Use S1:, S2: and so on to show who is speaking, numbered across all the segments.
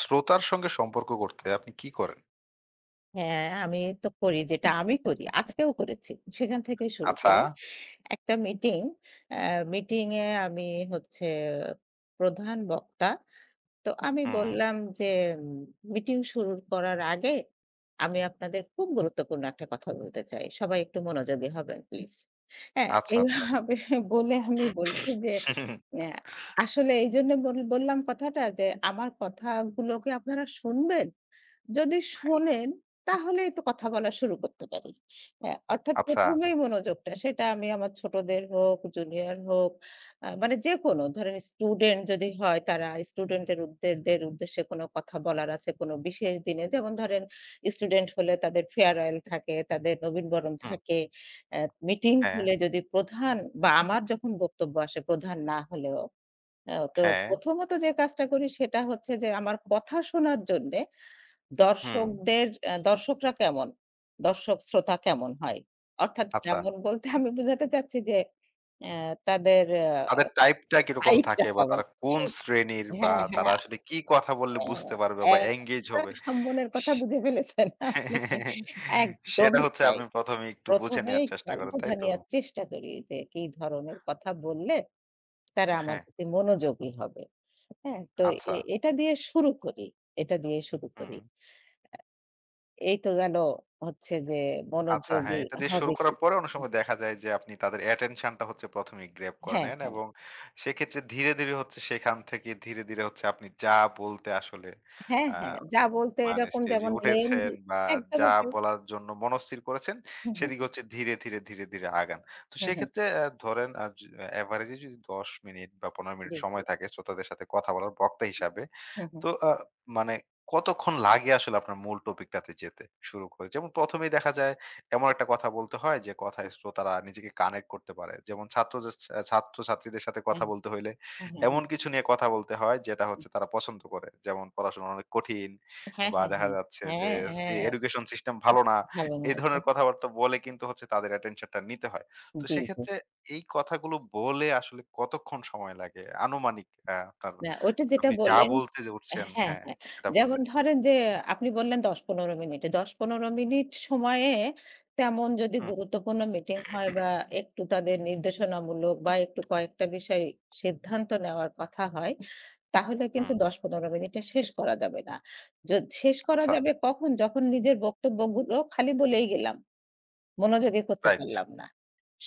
S1: শ্রোতার সঙ্গে সম্পর্ক করতে আপনি কি করেন?
S2: হ্যাঁ, আমি তো করি যেটা আমি করি। আজকেও করেছি। সেখান থেকে শুরু
S1: আচ্ছা।
S2: করি। একটা মিটিং, অ্যা মিটিং এ আমি হচ্ছে প্রধান বক্তা। তো আমি
S1: হুম।
S2: বললাম যে, উম "মিটিং শুরু করার আগে আমি আপনাদের খুব গুরুত্বপূর্ণ একটা কথা বলতে চাই। সবাই একটু মনোযোগী হবেন প্লিজ।" হ্যাঁ,
S1: আচ্ছা, আচ্ছা।
S2: এইভাবে বলে আমি বলছি যে, "অ্যা আসলে এইজন্য বললাম কথাটা যে, আমার কথাগুলোকে আপনারা শুনবেন? যদি শোনেন তাহলেই তো কথা বলা শুরু করতে পারি।" হ্যাঁ, অর্থাৎ
S1: আচ্ছা।
S2: ১ম এই মনোযোগটা সেটা আমি আমার ছোটদের হোক, জুনিয়র হোক মানে যেকোনো ধরেন স্টুডেন্ট যদি হয় তারা স্টুডেন্টের উদ্দেরদের উদ্দেশ্যে কোনো কথা বলার আছে কোনো বিশেষ দিনে। যেমন ধরেন স্টুডেন্ট হলে তাদের ফেয়ারওয়েল থাকে, তাদের নবীনবরণ
S1: হুম।
S2: থাকে। অ্যা মিটিং
S1: হ্যাঁ,
S2: হলে যদি প্রধান বা আমার যখন বক্তব্য আসে প্রধান না হলেও, তো
S1: হ্যাঁ।
S2: প্রথমত যে কাজটা করি সেটা হচ্ছে যে আমার কথা শোনার জন্যে
S1: হুম।
S2: দর্শকদের অ্যা দর্শকরা কেমন? দর্শক শ্রোতা কেমন হয়? অর্থাৎ
S1: আচ্ছা।
S2: কেমন বলতে আমি বুঝাতে চাচ্ছি যে অ্যা তাদের অ্যা
S1: তাদের টাইপটা কিরকম
S2: আরেকটা
S1: থাকে বা
S2: কারণ।
S1: তারা কোন
S2: ঠিক।
S1: শ্রেণীর বা
S2: হ্যাঁ,
S1: তারা
S2: হ্যাঁ।
S1: আসলে কি কথা বললে বুঝতে পারবে
S2: অ্যা
S1: বা engage হবে?
S2: একটা মনের কথা বুঝে ফেলেছেন আপনি।
S1: সেটা
S2: একদমই
S1: হচ্ছে
S2: তাই।
S1: আপনি ১ম এ একটু বুঝে
S2: ১ম
S1: নেয়ার
S2: এই
S1: চেষ্টা
S2: খেয়াল
S1: করেন, তাই
S2: বোঝা
S1: তো?
S2: নেয়ার চেষ্টা করি যে কি ধরনের কথা বললে তারা আমার
S1: হ্যাঁ,
S2: প্রতি মনোযোগী হবে। হ্যাঁ? তো
S1: আচ্ছা।
S2: এটা দিয়ে শুরু করি, এটা দিয়ে শুরু
S1: হুম।
S2: করি। এই তো গেল হচ্ছে যে
S1: আচ্ছা,
S2: মনোযোগী
S1: হ্যাঁ, এটা দিয়ে শুরু
S2: হবে কি।
S1: করার পরে অনেক
S2: হুম।
S1: সময় দেখা যায় যে আপনি তাদের attention টা হচ্ছে ১ম এই গ্র্যাব করে
S2: হ্যাঁ,
S1: নেন
S2: হ্যাঁ।
S1: এবং সেক্ষেত্রে ধীরে, ধীরে হচ্ছে সেখান থেকে ধীরে, ধীরে হচ্ছে আপনি যা বলতে আসলে
S2: হ্যাঁ,
S1: আ
S2: হ্যাঁ। যা বলতে
S1: মানে
S2: এরকম
S1: স্টেজে
S2: যেমন
S1: উঠেছেন
S2: লেনদেন
S1: বা যা
S2: একদমই তাই।
S1: বলার জন্য মনস্থির করেছেন,
S2: হুম, হুম,
S1: সেদিকে হচ্ছে ধীরে, ধীরে, ধীরে, ধীরে আগান। তো
S2: হুম, হুম।
S1: সেক্ষেত্রে ধরেন আ য এভারেজে যদি ১০ মিনিট বা ১৫ মিনিট
S2: জি, জি।
S1: সময় থাকে শ্রোতাদের সাথে কথা বলার বক্তা হিসাবে।
S2: হুম, হুম,
S1: তো মানে কতক্ষণ লাগে আসলে আপনার মূল টপিকটাতে যেতে শুরু করে? যেমন ১ম এই দেখা যায় এমন একটা কথা বলতে হয় যে কথায় শ্রোতারা নিজেকে কানেক্ট করতে পারে। যেমন ছাত্রদের ছাত্র-ছাত্রীদের সাথে কথা
S2: হুম।
S1: বলতে হইলে
S2: হুম, হুম,
S1: এমন
S2: হুম,
S1: কিছু নিয়ে কথা বলতে হয় যেটা
S2: হুম।
S1: হচ্ছে তারা পছন্দ করে। যেমন পড়াশোনা অনেক কঠিন
S2: হ্যাঁ,
S1: বা
S2: হ্যাঁ,
S1: দেখা
S2: হ্যাঁ।
S1: যাচ্ছে যে
S2: হ্যাঁ, হ্যাঁ,
S1: এডুকেশন সিস্টেম ভালো না।
S2: ভালো না
S1: এই ধরনের
S2: আছেন।
S1: কথাবার্তা বলে কিন্তু হচ্ছে তাদের অ্যাটেনশনটা নিতে হয়। তো
S2: জি, জি।
S1: সেক্ষেত্রে এই কথাগুলো বলে আসলে কতক্ষণ সময় লাগে? আনুমানিক আ আপনার
S2: না ওইটা যেটা
S1: আপনি যা
S2: বললেন।
S1: বলতে যে উঠছেন,
S2: হ্যাঁ,
S1: হ্যাঁ,
S2: হ্যাঁ।
S1: সেটা বলতে।
S2: যেমন ধরেন যে আপনি বললেন ১০-১৫ মিনিটে। ১০-১৫ মিনিট সময়ে তেমন যদি
S1: হুম,
S2: গুরুত্বপূর্ণ মিটিং হয় বা একটু তাদের নির্দেশনামূলক বা একটু কয়েকটা বিষয় সিদ্ধান্ত নেওয়ার কথা হয়, তাহলে কিন্তু
S1: হুম,
S2: ১০-১৫ মিনিটে শেষ করা যাবে না। য শেষ করা
S1: আচ্ছা,
S2: যাবে কখন? যখন নিজের বক্তব্যগুলো খালি বলেই গেলাম। মনোযোগী করতে
S1: রাইট।
S2: পারলাম না।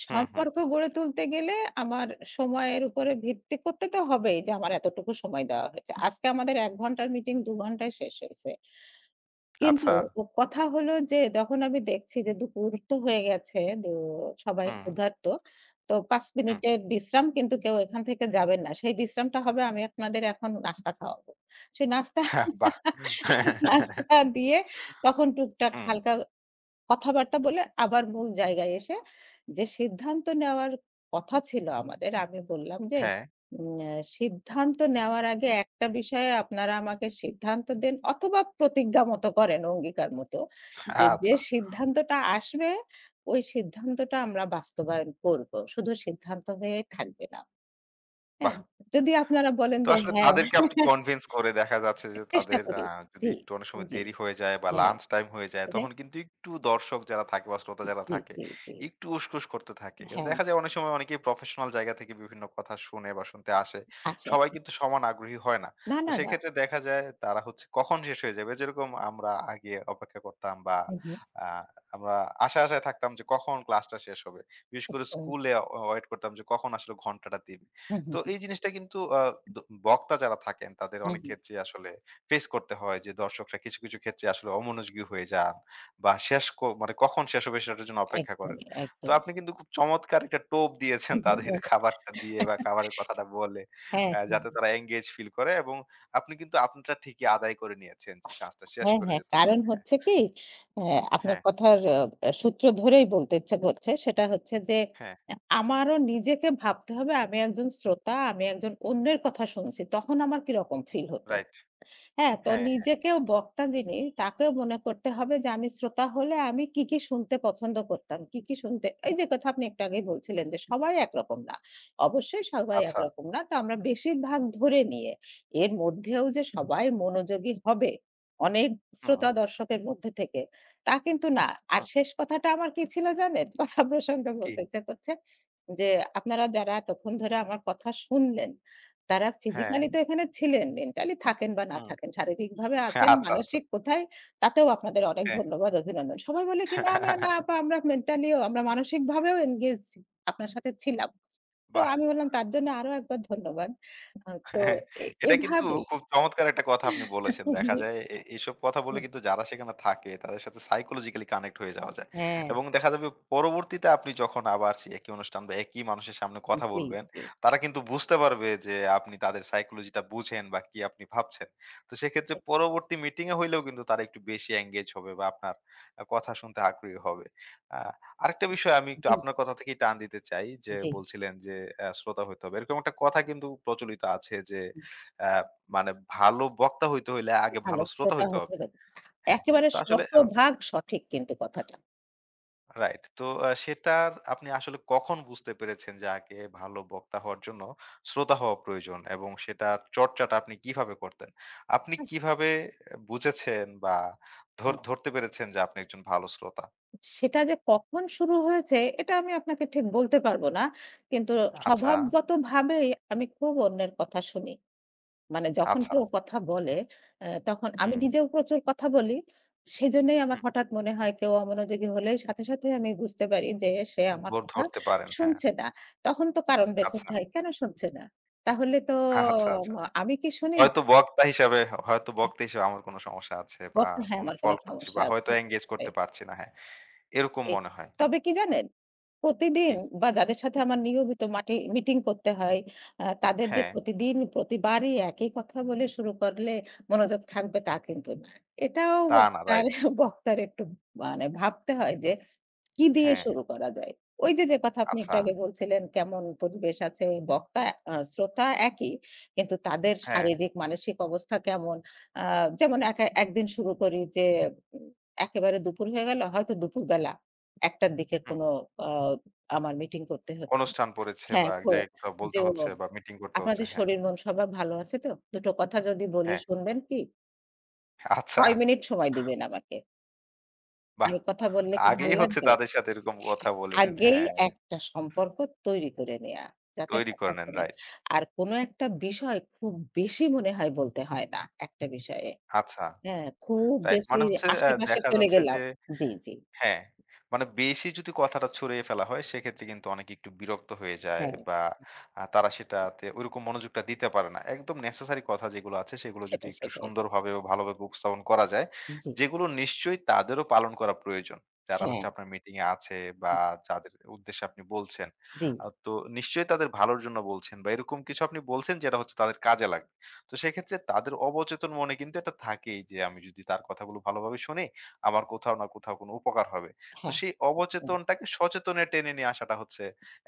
S1: হুম, হুম,
S2: সম্পর্ক গড়ে তুলতে গেলে আমার সময়ের উপরে ভিত্তি করতে তো হবেই যে আমার এতটুকু সময় দেওয়া হয়েছে। আজকে আমাদের ১ ঘন্টার মিটিং ২ ঘন্টায় শেষ হয়েছে। কিন্তু
S1: আচ্ছা।
S2: ও কথা হলো যে যখন আমি দেখছি যে দুপুর তো হয়ে গেছে, দু সবাই
S1: হুম,
S2: ক্ষুধার্ত। তো ৫
S1: হুম,
S2: মিনিটের বিশ্রাম কিন্তু কেউ এখান থেকে যাবেন না। সেই বিশ্রামটা হবে আমি আপনাদের এখন নাস্তা খাওয়াবো। সেই নাস্তা
S1: হ্যাঁ, বাহ!
S2: নাস্তা দিয়ে তখন টুকটাক
S1: হুম,
S2: হালকা কথাবার্তা বলে আবার মূল জায়গায় এসে যে সিদ্ধান্ত নেওয়ার কথা ছিল আমাদের, আমি বললাম যে,
S1: হ্যাঁ,
S2: উম আ "সিদ্ধান্ত নেওয়ার আগে একটা বিষয়ে আপনারা আমাকে সিদ্ধান্ত দেন অথবা প্রতিজ্ঞা মতো করেন, অঙ্গীকার মতো। যে, যে
S1: আচ্ছা,
S2: সিদ্ধান্তটা আসবে, ওই সিদ্ধান্তটা আমরা বাস্তবায়ন করব। শুধু সিদ্ধান্ত হয়ে থাকবে না।"
S1: বাহ!
S2: হ্যাঁ? যদি আপনারা বলেন
S1: তো
S2: যে
S1: আসলে
S2: হ্যাঁ,
S1: তাদেরকে আপনি কনভিন্স করে দেখা যাচ্ছে যে
S2: চেষ্টা
S1: তাদের
S2: করি।
S1: যদি
S2: জি,
S1: একটু অনেক সময়
S2: জি,
S1: দেরি হয়ে যায় বা
S2: হ্যাঁ,
S1: লাঞ্চ টাইম হয়ে যায়
S2: জি,
S1: তখন কিন্তু একটু দর্শক যারা থাকে বা শ্রোতা যারা
S2: জি,
S1: থাকে
S2: জি,
S1: একটু উসখুস করতে থাকে। কিন্তু
S2: হ্যাঁ,
S1: দেখা যায় অনেক সময় অনেকেই প্রফেশনাল জায়গা থেকে বিভিন্ন কথা শুনে বা শুনতে আসে।
S2: আচ্ছা।
S1: সবাই কিন্তু সমান আগ্রহী হয় না।
S2: না,
S1: তো
S2: না, না।
S1: সেক্ষেত্রে দেখা যায় তারা হচ্ছে কখন শেষ হয়ে যাবে যেরকম আমরা আগে অপেক্ষা করতাম বা
S2: হুম, হুম,
S1: আ আমরা আশায়, আশায় থাকতাম যে কখন ক্লাসটা শেষ হবে। বিশেষ করে
S2: একদম।
S1: স্কুলে ওয়েট করতাম যে কখন আসলে ঘন্টাটা দিবে।
S2: হুম,
S1: তো
S2: হুম,
S1: এই জিনিসটা কিন্তু আ দ বক্তা যারা থাকেন তাদের
S2: হুম,
S1: অনেক
S2: হুম,
S1: ক্ষেত্রে আসলে ফেস করতে হয় যে দর্শকরা কিছু, কিছু ক্ষেত্রে আসলে অমনোযোগী হয়ে যান বা শেষ মানে কখন শেষ হবে সেটার জন্য অপেক্ষা করেন।
S2: একদমই,
S1: তো
S2: একদমই।
S1: আপনি কিন্তু খুব চমৎকার একটা টোপ দিয়েছেন তাদের খাবারটা দিয়ে বা খাবারের কথাটা বলে
S2: হ্যাঁ,
S1: যাতে
S2: হ্যাঁ,
S1: তারা এঙ্গেজ ফিল করে এবং আপনি কিন্তু আপনারটা ঠিকই আদায় করে নিয়েছেন যে কাজটা শেষ
S2: হ্যাঁ,
S1: করে
S2: হ্যাঁ।
S1: যেতে
S2: কারণ
S1: হবে। হ্যাঁ,
S2: হচ্ছে কি। হ্যাঁ, আপনার
S1: হ্যাঁ,
S2: কথার সূত্র ধরেই বলতে ইচ্ছে করছে। সেটা হচ্ছে যে
S1: হ্যাঁ,
S2: আমারও নিজেকে ভাবতে হবে আমি একজন শ্রোতা, আমি একজন অন্যের কথা শুনছি। তখন আমার কিরকম ফিল হতো?
S1: রাইট।
S2: হ্যাঁ, তো
S1: হ্যাঁ, হ্যাঁ,
S2: নিজেকেও বক্তা যিনি তাকেও মনে করতে হবে যে আমি শ্রোতা হলে আমি কি, কি শুনতে পছন্দ করতাম, কি, কি শুনতে এই যে কথা আপনি একটু আগেই বলছিলেন যে সবাই একরকম না। অবশ্যই সবাই
S1: আচ্ছা।
S2: একরকম না। তো আমরা বেশিরভাগ ধরে নিয়ে এর মধ্যেও যে সবাই মনোযোগী হবে অনেক
S1: হুম,
S2: শ্রোতা দর্শকের মধ্যে থেকে তা কিন্তু না। আর
S1: হুম,
S2: শেষ কথাটা আমার কি ছিল জানেন? কথা প্রসঙ্গে
S1: কি?
S2: বলতে ইচ্ছা করছে যে আপনারা যারা এতক্ষণ ধরে আমার কথা শুনলেন তারা
S1: হ্যাঁ,
S2: ফিজিক্যালি তো এখানে ছিলেন, মেন্টালি থাকেন বা না
S1: হুম,
S2: থাকেন, শারীরিকভাবে আছেন,
S1: আচ্ছা, আচ্ছা।
S2: মানসিক কোথায় তাতেও আপনাদের অনেক
S1: হ্যাঁ,
S2: ধন্যবাদ, অভিনন্দন। সবাই বলে কি, "না, না, না আপা আমরা মেন্টালিও আমরা মানসিকভাবেও এনগেজ আপনার সাথে ছিলাম।" তো
S1: বাহ!
S2: আমি বললাম, "তার জন্য আরো একবার ধন্যবাদ।" আ তো
S1: হ্যাঁ,
S2: এ
S1: এটা কিন্তু
S2: এভাবেই।
S1: খুব চমৎকার একটা কথা আপনি বলেছেন। দেখা
S2: জি,
S1: যায় এসব কথা বলে
S2: হুম,
S1: কিন্তু যারা সেখানে থাকে তাদের সাথে সাইকোলজিক্যালি কানেক্ট হয়ে যাওয়া যায়।
S2: হ্যাঁ,
S1: এবং দেখা যাবে পরবর্তীতে আপনি যখন আবার সেই একই অনুষ্ঠান বা একই মানুষের সামনে কথা
S2: জি,
S1: বলবেন,
S2: জি,
S1: তারা কিন্তু বুঝতে পারবে যে আপনি তাদের সাইকোলজিটা বুঝেন বা কি আপনি ভাবছেন। তো সেক্ষেত্রে পরবর্তী মিটিং এ হইলেও কিন্তু তারা একটু বেশি এঙ্গেজ হবে বা আপনার কথা শুনতে আগ্রহী হবে। আ আরেকটা বিষয় আমি একটু
S2: জি,
S1: আপনার কথা থেকেই টান দিতে চাই যে
S2: জি।
S1: বলছিলেন যে শ্রোতা হইতে হবে এরকম একটা কথা কিন্তু প্রচলিত আছে যে আহ, মানে ভালো বক্তা হইতে হইলে আগে
S2: ভালো
S1: ভালো শ্রোতা
S2: শ্রোতা
S1: হইতে
S2: হতে
S1: হবে।
S2: হবে।
S1: হ্যাঁ,
S2: একেবারে
S1: তো আসলে
S2: শতভাগ সঠিক কিন্তু কথাটা।
S1: রাইট, তো সেটার আপনি আসলে কখন বুঝতে পেরেছেন যে আগে ভালো বক্তা হওয়ার জন্য শ্রোতা হওয়া প্রয়োজন এবং সেটার চর্চাটা আপনি কিভাবে করতেন, আপনি কিভাবে বুঝেছেন বা
S2: হ্যাঁ।
S1: ধরতে পেরেছেন যে আপনি একজন ভালো শ্রোতা।
S2: সেটা যে কখন শুরু হয়েছে এটা আমি আপনাকে ঠিক বলতে পারবো না। কিন্তু
S1: আচ্ছা।
S2: স্বভাবগতভাবেই আমি খুব অন্যের কথা শুনি। মানে যখন
S1: আচ্ছা।
S2: কেউ কথা বলে তখন আমি
S1: হুম।
S2: নিজেও প্রচুর কথা বলি। সেজন্যই আমার
S1: হুম,
S2: হঠাৎ মনে হয় কেউ অমনোযোগী হলেই সাথে, সাথে আমি বুঝতে পারি যে সে আমার
S1: বোর্ড
S2: কথা
S1: ধরতে পারেন, হ্যাঁ।
S2: শুনছে না। তখন তো কারণ বের
S1: আচ্ছা,
S2: করতে হয়, কেন শুনছে না? তাহলে তো
S1: আচ্ছা, আচ্ছা।
S2: উম, আমি কি শুনি না?
S1: হয়তো বক্তা হিসাবে, হয়তো বক্তা হিসেবে আমার কোন সমস্যা আছে বা
S2: বক্তা, হ্যাঁ,
S1: কোন
S2: আমার কোনো
S1: ফল্ট করছি
S2: সমস্যা
S1: বা হয়তো
S2: আছে।
S1: এনগেজ করতে পারছি না। হ্যাঁ, এরকম
S2: এ
S1: মনে হয়।
S2: তবে কি জানেন? প্রতিদিন
S1: কি?
S2: বা যাদের সাথে আমার নিয়মিত মিটিং করতে হয়, তাদের যে
S1: হ্যাঁ,
S2: প্রতিদিন প্রতিবারই একই কথা বলে শুরু করলে মনোযোগ থাকবে তা কিন্তু না। এটাও
S1: তা না,
S2: বক্তার
S1: রাইট।
S2: বক্তার একটু মানে ভাবতে হয় যে কি দিয়ে
S1: হ্যাঁ,
S2: শুরু করা যায়? ওই যে, যে কথা আপনি
S1: আচ্ছা।
S2: একটু আগে বলছিলেন কেমন পরিবেশ আছে, বক্তা শ্রোতা একই। কিন্তু তাদের
S1: হ্যাঁ,
S2: শারীরিক মানসিক অবস্থা কেমন? আ যেমন একা একদিন শুরু করি যে, উম একেবারে দুপুর হয়ে গেল, হয়তো দুপুরবেলা ১ টার দিকে
S1: হুম।
S2: কোনো আ আমার মিটিং করতে হচ্ছে।
S1: অনুষ্ঠান পড়েছে
S2: হ্যাঁ,
S1: বা এক জায়গায় কোথাও বলতে
S2: যে ও,
S1: হচ্ছে বা মিটিং করতে হচ্ছে।
S2: আপনাদের
S1: হ্যাঁ,
S2: শরীর মন সবার ভালো আছে তো? দুটো কথা যদি বলি
S1: হ্যাঁ।
S2: শুনবেন কি?
S1: আচ্ছা,
S2: কয় মিনিট সময় দিবেন আমাকে?
S1: বাহ!
S2: আমি কথা বললে
S1: তা
S2: কি ভাল
S1: আগেই হচ্ছে
S2: লাগবে?
S1: তাদের সাথে এরকম কথা বলে নেন।
S2: আগেই
S1: হ্যাঁ,
S2: একটা সম্পর্ক তৈরি করে নেয়া। যাতে
S1: তৈরি
S2: কথা
S1: করে নেন।
S2: শোনে।
S1: রাইট।
S2: আর কোনো একটা বিষয় খুব বেশি মনে হয় বলতে হয় না একটা বিষয়ে।
S1: আচ্ছা,
S2: হ্যাঁ, খুব
S1: রাইট।
S2: বেশি
S1: মানে হচ্ছে
S2: আশেপাশে
S1: দেখা
S2: চলে
S1: যাচ্ছে
S2: গেলাম।
S1: যে
S2: জি, জি।
S1: হ্যাঁ, মানে বেশি যদি কথাটা ছড়িয়ে ফেলা হয় সেক্ষেত্রে কিন্তু অনেকে একটু বিরক্ত হয়ে যায়
S2: হ্যাঁ।
S1: বা তারা সেটাতে ঐরকম মনোযোগটা দিতে পারে না। একদম নেসেসারি কথা যেগুলো আছে সেগুলো যদি
S2: সেটাই,
S1: একটু
S2: সেটাই।
S1: সুন্দরভাবে ও ভালোভাবে উপস্থাপন করা যায়,
S2: জি, জি।
S1: যেগুলো নিশ্চয়ই তাদেরও পালন করা প্রয়োজন। যারা
S2: হ্যাঁ।
S1: হচ্ছে আপনার মিটিং এ আছে বা
S2: আ
S1: যাদের উদ্দেশ্যে আপনি বলছেন।
S2: জি,
S1: তো নিশ্চয়ই তাদের ভালোর জন্য বলছেন বা এরকম কিছু আপনি বলছেন যেটা হচ্ছে তাদের কাজে লাগবে। তো সেক্ষেত্রে তাদের অবচেতন মনে কিন্তু এটা থাকেই যে আমি যদি তার কথাগুলো ভালোভাবে শুনি আমার কোথাও না কোথাও কোনো উপকার হবে। তো
S2: হ্যাঁ।
S1: সেই
S2: হুম।
S1: অবচেতনটাকে সচেতনে টেনে নিয়ে আসাটা হচ্ছে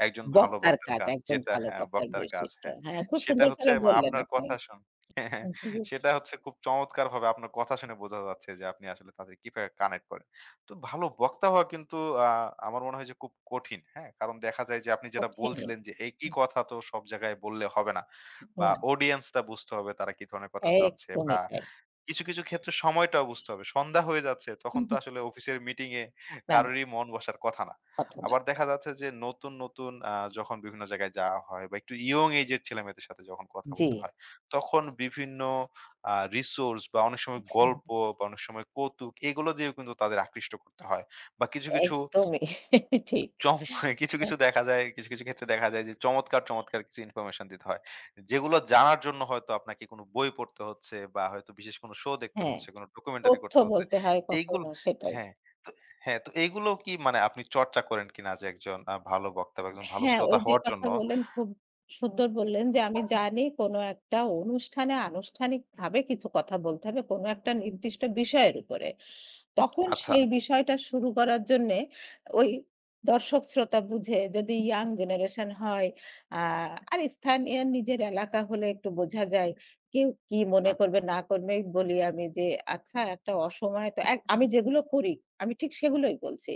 S1: একজন ভালো
S2: বক্তার
S1: বক্তার
S2: কাজ
S1: কাজ।
S2: একজন
S1: যেটা
S2: ভালো
S1: হ্যাঁ,
S2: বক্তার
S1: বক্তার কাজ,
S2: বৈশিষ্ট্য।
S1: হ্যাঁ।
S2: হ্যাঁ, খুব
S1: সেটা
S2: সুন্দর
S1: হচ্ছে
S2: করে বললেন
S1: আপনার
S2: আপনি।
S1: কথা হ্যাঁ, হ্যাঁ।
S2: হুম,
S1: সেটা হচ্ছে খুব চমৎকারভাবে আপনার কথা শুনে বোঝা যাচ্ছে যে আপনি আসলে তাদের কিভাবে কানেক্ট করেন। তো ভালো বক্তা হওয়া কিন্তু আ আমার মনে হয় যে খুব কঠিন, হ্যাঁ? কারণ দেখা যায় যে আপনি যেটা
S2: কঠিনই।
S1: বলছিলেন যে একই কথা তো সব জায়গায় বললে হবে না। বা
S2: না,
S1: অডিয়েন্সটা বুঝতে হবে তারা কি ধরনের কথা চাচ্ছে বা
S2: একদমই তাই।
S1: কিছু, কিছু ক্ষেত্রে সময়টাও বুঝতে হবে। সন্ধ্যা হয়ে যাচ্ছে তখন তো আসলে অফিসের মিটিং এ
S2: না,
S1: কারোরই মন বসার কথা না।
S2: কথা না।
S1: আবার দেখা যাচ্ছে যে নতুন, নতুন যখন বিভিন্ন জায়গায় যাওয়া হয় বা একটু ইয়ং এজ এর ছেলেমেয়েদের সাথে যখন কথা
S2: জি।
S1: বলতে হয়, তখন বিভিন্ন রিসোর্স বা অনেক সময় গল্প বা অনেক সময় কৌতুক এগুলো দিয়েও কিন্তু তাদের আকৃষ্ট করতে হয়। বা কিছু, কিছু
S2: একদমই ঠিক।
S1: চম কিছু,
S2: হ্যাঁ,
S1: কিছু দেখা যায় কিছু, কিছু ক্ষেত্রে দেখা যায় যে চমৎকার, চমৎকার কিছু ইনফরমেশন দিতে হয়। যেগুলো জানার জন্য হয়তো আপনাকে কোনো বই পড়তে হচ্ছে বা হয়তো বিশেষ কোনো শো দেখতে
S2: হ্যাঁ,
S1: হচ্ছে, কোনো ডকুমেন্টারি
S2: তথ্য
S1: করতে হচ্ছে।
S2: বলতে হয়
S1: এইগুলো,
S2: কখনো সেটাই।
S1: হ্যাঁ, তো হ্যাঁ, তো এইগুলো কি মানে আপনি চর্চা করেন কিনা যে একজন ভালো বক্তা বা একজন ভালো
S2: হ্যাঁ,
S1: শ্রোতা
S2: ওই যে
S1: হওয়ার জন্য?
S2: কথা বললেন খুব সুন্দর বললেন যে আমি জানি কোনো একটা অনুষ্ঠানে আনুষ্ঠানিকভাবে কিছু কথা বলতে হবে, কোনো একটা নির্দিষ্ট বিষয়ের উপরে। তখন
S1: আচ্ছা,
S2: সেই বিষয়টা শুরু করার জন্যে ওই দর্শক-শ্রোতা বুঝে যদি ইয়াং জেনারেশন হয় আ আর স্থানীয় নিজের এলাকা হলে একটু বোঝা যায়। কেউ কি মনে
S1: হুম,
S2: করবে না করবে বলি আমি যে, "আচ্ছা একটা অসময়ে তো" আমি যেগুলো করি, আমি ঠিক সেগুলোই বলছি।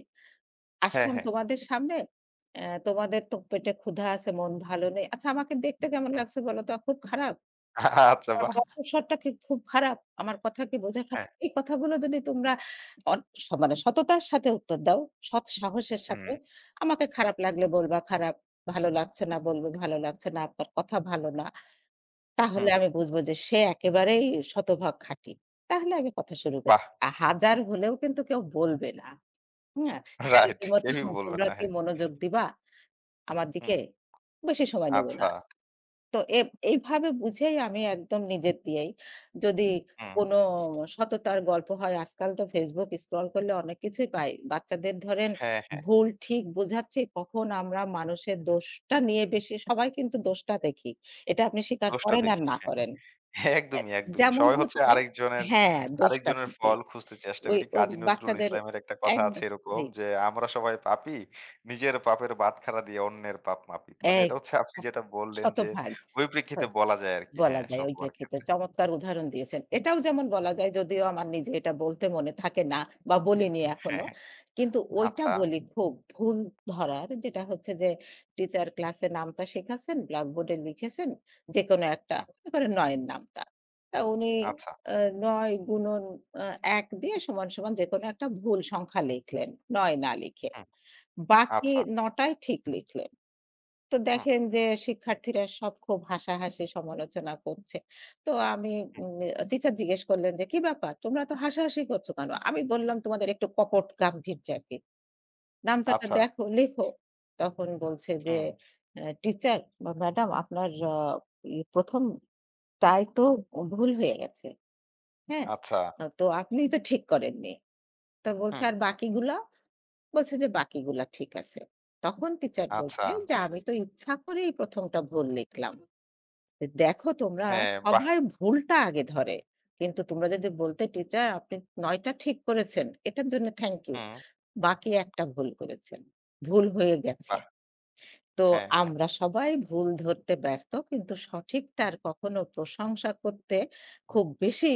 S1: হ্যাঁ,
S2: "আসলাম
S1: হ্যাঁ,
S2: তোমাদের সামনে। তোমাদের তো পেটে ক্ষুধা আছে, মন ভালো নেই। আচ্ছা আমাকে দেখতে কেমন
S1: হুম,
S2: লাগছে বলো তো? খুব খারাপ?"
S1: আচ্ছা, বাহ!
S2: কণ্ঠস্বরটা কি খুব খারাপ? আমার কথা কি বোঝা খা
S1: হ্যাঁ,
S2: এই কথাগুলো যদি তোমরা অন স মানে সততার সাথে উত্তর দাও, সৎ সাহসের
S1: হুম,
S2: সাথে। আমাকে খারাপ লাগলে বলবা খারাপ, ভালো লাগছে না বলবে ভালো লাগছে না, আপনার কথা ভালো না।
S1: হুম,
S2: তাহলে আমি বুঝবো যে সে একেবারেই শতভাগ খাঁটি। তাহলে আমি কথা শুরু করি।
S1: বাহ!
S2: হাজার হলেও কিন্তু কেউ বলবে না। হ্যাঁ? তাইলে
S1: রাইট,
S2: তোমরা তো
S1: কেউই বলবে
S2: তোমরা
S1: না।
S2: কি
S1: হ্যাঁ,
S2: মনোযোগ দিবা আমার
S1: হুম,
S2: দিকে? বেশি সময় নেব না।
S1: আচ্ছা,
S2: তো এইভাবে বুঝেই আমি একদম নিজের দিয়েই যদি হুম।
S1: হুম,
S2: কোনো সততার গল্প হয় আজকাল তো Facebook স্ক্রল করলে অনেক কিছুই পাই। বাচ্চাদের ধরেন
S1: হ্যাঁ, হ্যাঁ,
S2: ভুল ঠিক বোঝাচ্ছে কখন আমরা মানুষের দোষটা নিয়ে বেশি সবাই কিন্তু দোষটা দেখি। এটা আপনি স্বীকার
S1: দোষটা
S2: করেন আর
S1: দেখি।
S2: না
S1: হ্যাঁ,
S2: করেন। এ
S1: একদমই, একদমই।
S2: যেমন
S1: সবাই হচ্ছে
S2: হচ্ছে
S1: আরেকজনের
S2: হ্যাঁ, দোষটা
S1: আরেকজনের
S2: ত্রুটি।
S1: ফল খুঁজতে চেষ্টা
S2: ওই
S1: করি।
S2: ও
S1: কাজী নজরুল
S2: বাচ্চাদের
S1: ইসলামের একটা কথা আছে
S2: একদম
S1: এরকম
S2: জি,
S1: যে, "আমরা সবাই পাপী, নিজের পাপের বাটখারা দিয়ে অন্যের পাপ মাপি।" মানে এটা
S2: এক
S1: হচ্ছে আপনি যেটা বললেন যে,
S2: শতভাগ।
S1: ওই প্রেক্ষিতে বলা যায় আরকি।
S2: বলা
S1: হ্যাঁ,
S2: যায় ওই
S1: সবার
S2: প্রেক্ষিতে।
S1: ক্ষেত্রে।
S2: চমৎকার উদাহরণ দিয়েছেন। এটাও যেমন বলা যায় যদিও আমার নিজে এটা বলতে মনে থাকে না বা বলিনি
S1: হ্যাঁ,
S2: এখনো।
S1: হ্যাঁ।
S2: কিন্তু ওইটা
S1: আচ্ছা,
S2: বলি খুব ভুল ধরার যেটা হচ্ছে যে টিচার ক্লাসে নামটা শেখাচ্ছেন, ব্ল্যাকবোর্ডে লিখেছেন যেকোনো একটা
S1: হুম,
S2: মনে করেন ৯ এর নামটা। তা উনি
S1: আচ্ছা,
S2: আ ৯ গুণন আ ১ দিয়ে সমান, সমান যেকোনো একটা ভুল সংখ্যা লিখলেন। ৯ না লিখে।
S1: হুম,
S2: বাকি
S1: আচ্ছা,
S2: ৯ টাই ঠিক লিখলেন। তো
S1: হুম,
S2: দেখেন যে শিক্ষার্থীরা সব খুব হাসাহাসি সমালোচনা করছে। তো আমি
S1: হুম,
S2: উম টিচার জিজ্ঞেস করলেন যে, "কি ব্যাপার? তোমরা তো হাসাহাসি করছো কেন?" আমি বললাম, "তোমাদের একটু কপট গাম্ভীর্য আরকি। নামটাটা
S1: আচ্ছা,
S2: দেখো, লেখো।" তখন বলছে যে,
S1: হুম,
S2: টিচার বা ম্যাডাম আপনার আ ই ১ম টাই তো ভুল হয়ে গেছে। হ্যাঁ?
S1: আচ্ছা,
S2: তো আপনিই তো ঠিক করেননি।" তো বলছে,
S1: হুম,
S2: "আর বাকিগুলা?" বলছে যে, "বাকিগুলা ঠিক আছে।" তখন টিচার
S1: আচ্ছা।
S2: বলছে যে, "আমি তো ইচ্ছা করেই ১ম টা ভুল লিখলাম।" দেখো তোমরা
S1: হ্যাঁ, বাহ!
S2: সবাই ভুলটা আগে ধরে। কিন্তু তোমরা যদি বলতে, "টিচার আপনি ৯ টা ঠিক করেছেন। এটার জন্য থ্যাংক ইউ।
S1: হুম,
S2: বাকি ১ টা ভুল করেছেন। ভুল হয়ে গেছে।"
S1: বাহ!
S2: তো
S1: হ্যাঁ, হ্যাঁ।
S2: আমরা সবাই ভুল ধরতে ব্যস্ত কিন্তু সঠিকটার কখনো প্রশংসা করতে খুব বেশি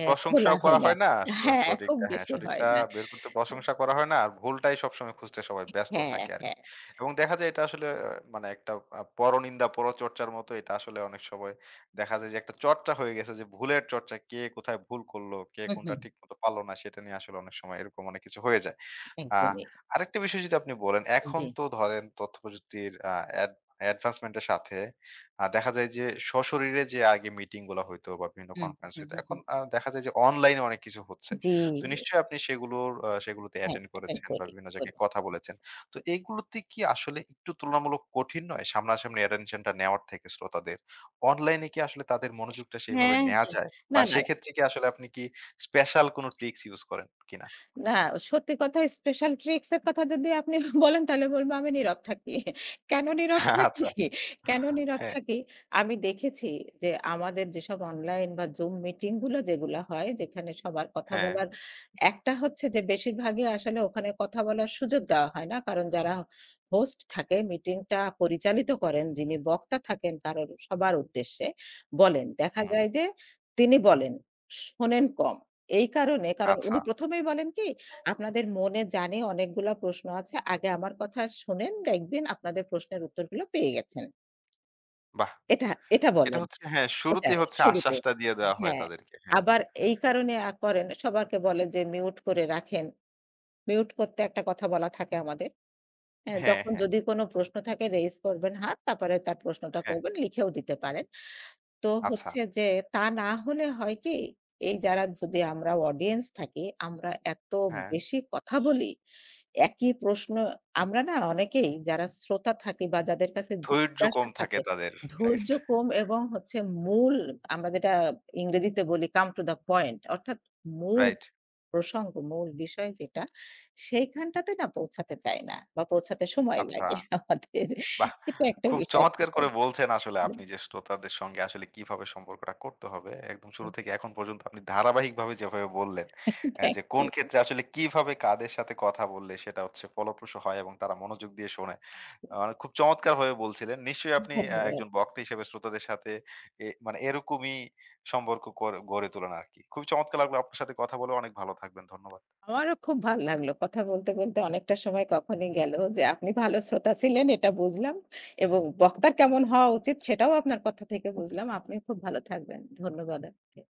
S2: খোলা
S1: প্রশংসাও করা
S2: হয় না।
S1: হয় না।
S2: হ্যাঁ, খুব
S1: সঠিকটা, হ্যাঁ,
S2: বেশি হয়
S1: সঠিকটা
S2: না।
S1: বের করতে প্রশংসা করা হয় না। আর ভুলটাই সবসময় খুঁজতে সবাই ব্যস্ত
S2: হ্যাঁ,
S1: থাকে
S2: হ্যাঁ।
S1: আরকি। এবং দেখা যায় এটা আসলে মানে একটা পরনিন্দা, পরচর্চার মতো এটা আসলে অনেক সময় দেখা যায় যে একটা চর্চা হয়ে গেছে যে ভুলের চর্চা। কে কোথায় ভুল করলো, কে
S2: হুম,
S1: কোনটা
S2: হুম।
S1: ঠিক মতো পারল না সেটা নিয়ে আসলে অনেক সময় এরকম অনেক কিছু হয়ে যায়। আ
S2: একদমই।
S1: আরেকটা বিষয় যদি আপনি বলেন, এখন
S2: জি।
S1: তো ধরেন তথ্যপ্রযুক্তির আ অ্যাড অ্যাডভান্সমেন্টের সাথে দেখা যায় যে সশরীরে যে আগে মিটিং গুলা হইতো বা বিভিন্ন
S2: হুম,
S1: কনফারেন্স
S2: হুম,
S1: হইতো,
S2: হুম,
S1: এখন
S2: হুম।
S1: দেখা যায় যে অনলাইনে অনেক কিছু হচ্ছে।
S2: জি।
S1: তো নিশ্চয়ই আপনি সেগুলোর আ সেগুলোতে
S2: হ্যাঁ,
S1: অ্যাটেন্ড
S2: এখন
S1: করেছেন বা
S2: করি,
S1: বিভিন্ন
S2: করি।
S1: জায়গায় কথা বলেছেন। তো এইগুলোতে কি আসলে একটু তুলনামূলক কঠিন নয়? সামনাসামনি অ্যাটেনশনটা নেওয়ার থেকে শ্রোতাদের। অনলাইনে কি আসলে তাদের মনোযোগটা সেইভাবে
S2: হ্যাঁ,
S1: নেয়া
S2: হ্যাঁ।
S1: যায়?
S2: না,
S1: বা
S2: না।
S1: সেক্ষেত্রে কি আসলে আপনি কি স্পেশাল কোনো ট্রিকস ইউস করেন কিনা?
S2: না, সত্যি কথা স্পেশাল ট্রিকস এর কথা যদি আপনি বলেন তাহলে বলব আমি নীরব থাকি। কেন নীরব থাকি?
S1: আচ্ছা,
S2: কেন নীরব
S1: হ্যাঁ।
S2: থাকি? আমি দেখেছি যে আমাদের যেসব অনলাইন বা Zoom মিটিং গুলো যেগুলা হয় যেখানে সবার কথা
S1: হ্যাঁ,
S2: বলার একটা হচ্ছে যে বেশিরভাগই আসলে ওখানে কথা বলার সুযোগ দেওয়া হয় না। কারণ যারা হোস্ট থাকে মিটিংটা পরিচালিত করেন যিনি বক্তা থাকেন কারোর সবার উদ্দেশ্যে বলেন। দেখা
S1: হুম,
S2: যায় যে তিনি বলেন, শোনেন কম। এই কারণে, কারণ
S1: আচ্ছা।
S2: উনি ১ম এই বলেন কি, "আপনাদের মনে জানি অনেকগুলা প্রশ্ন আছে। আগে আমার কথা শোনেন, দেখবেন আপনাদের প্রশ্নের উত্তরগুলো পেয়ে গেছেন।"
S1: বাহ!
S2: এটা এটা
S1: এটা
S2: বলেন।
S1: হচ্ছে, হ্যাঁ,
S2: এটা
S1: শুরুতেই হচ্ছে
S2: শুরুতে।
S1: আশ্বাসটা দিয়ে দেওয়া হয়
S2: হ্যাঁ।
S1: তাদেরকে। হ্যাঁ।
S2: আবার এই কারণে করেন, সবারকে বলে যে মিউট করে রাখেন। মিউট করতে একটা কথা বলা থাকে আমাদের। হ্যাঁ,
S1: হ্যাঁ,
S2: যখন
S1: হ্যাঁ,
S2: যদি কোনো প্রশ্ন থাকে রেইজ করবেন হাত, তারপরে তার প্রশ্নটা
S1: হ্যাঁ।
S2: করবেন, লিখেও দিতে পারেন। তো
S1: আচ্ছা।
S2: হচ্ছে যে তা না হলে হয় কি? এই যারা যদি আমরা অডিয়েন্স থাকি, আমরা এত
S1: হ্যাঁ।
S2: বেশি কথা বলি, একই প্রশ্ন আমরা না অনেকেই যারা শ্রোতা থাকি বা যাদের কাছে
S1: ধৈর্য
S2: জিজ্ঞাসা
S1: কম থাকে
S2: থাকে,
S1: তাদের। রাইট?
S2: ধৈর্য কম এবং হচ্ছে মূল আমরা যেটা ইংরেজিতে বলি come to the point অর্থাৎ মূল
S1: রাইট।
S2: প্রসঙ্গ, মূল বিষয় যেটা সেইখানটাতে না পৌঁছাতে চায় না বা পৌঁছাতে সময়
S1: আচ্ছা।
S2: লাগে আমাদের।
S1: বাহ!
S2: এটা একটা
S1: খুব
S2: বিষয়
S1: চমৎকার
S2: থাকে।
S1: করে বলছেন আসলে আপনি যে শ্রোতাদের সঙ্গে আসলে কিভাবে সম্পর্কটা করতে হবে। একদম শুরু থেকে এখন পর্যন্ত আপনি ধারাবাহিকভাবে যেভাবে বললেন,
S2: থ্যাংক
S1: যে কোন
S2: ইউ।
S1: ক্ষেত্রে আসলে কিভাবে কাদের সাথে কথা বললে সেটা হচ্ছে ফলপ্রসূ হয় এবং তারা মনোযোগ দিয়ে শোনে। মানে খুব চমৎকারভাবে বলছিলেন। নিশ্চয়ই আপনি
S2: ধন্যবাদ।
S1: একজন বক্তা হিসেবে শ্রোতাদের সাথে মানে এরকমই সম্পর্ক গড়ে তোলেন আরকি। খুবই চমৎকার লাগলো আপনার সাথে কথা বলে। অনেক ভালো থাকবেন। ধন্যবাদ।
S2: আমারও খুব ভাল লাগলো। কথা বলতে, বলতে অনেকটা সময় কখনই গেল যে আপনি ভালো শ্রোতা ছিলেন এটা বুঝলাম এবং বক্তার কেমন হওয়া উচিত সেটাও আপনার কথা থেকে বুঝলাম। আপনি খুব ভালো থাকবেন। ধন্যবাদ।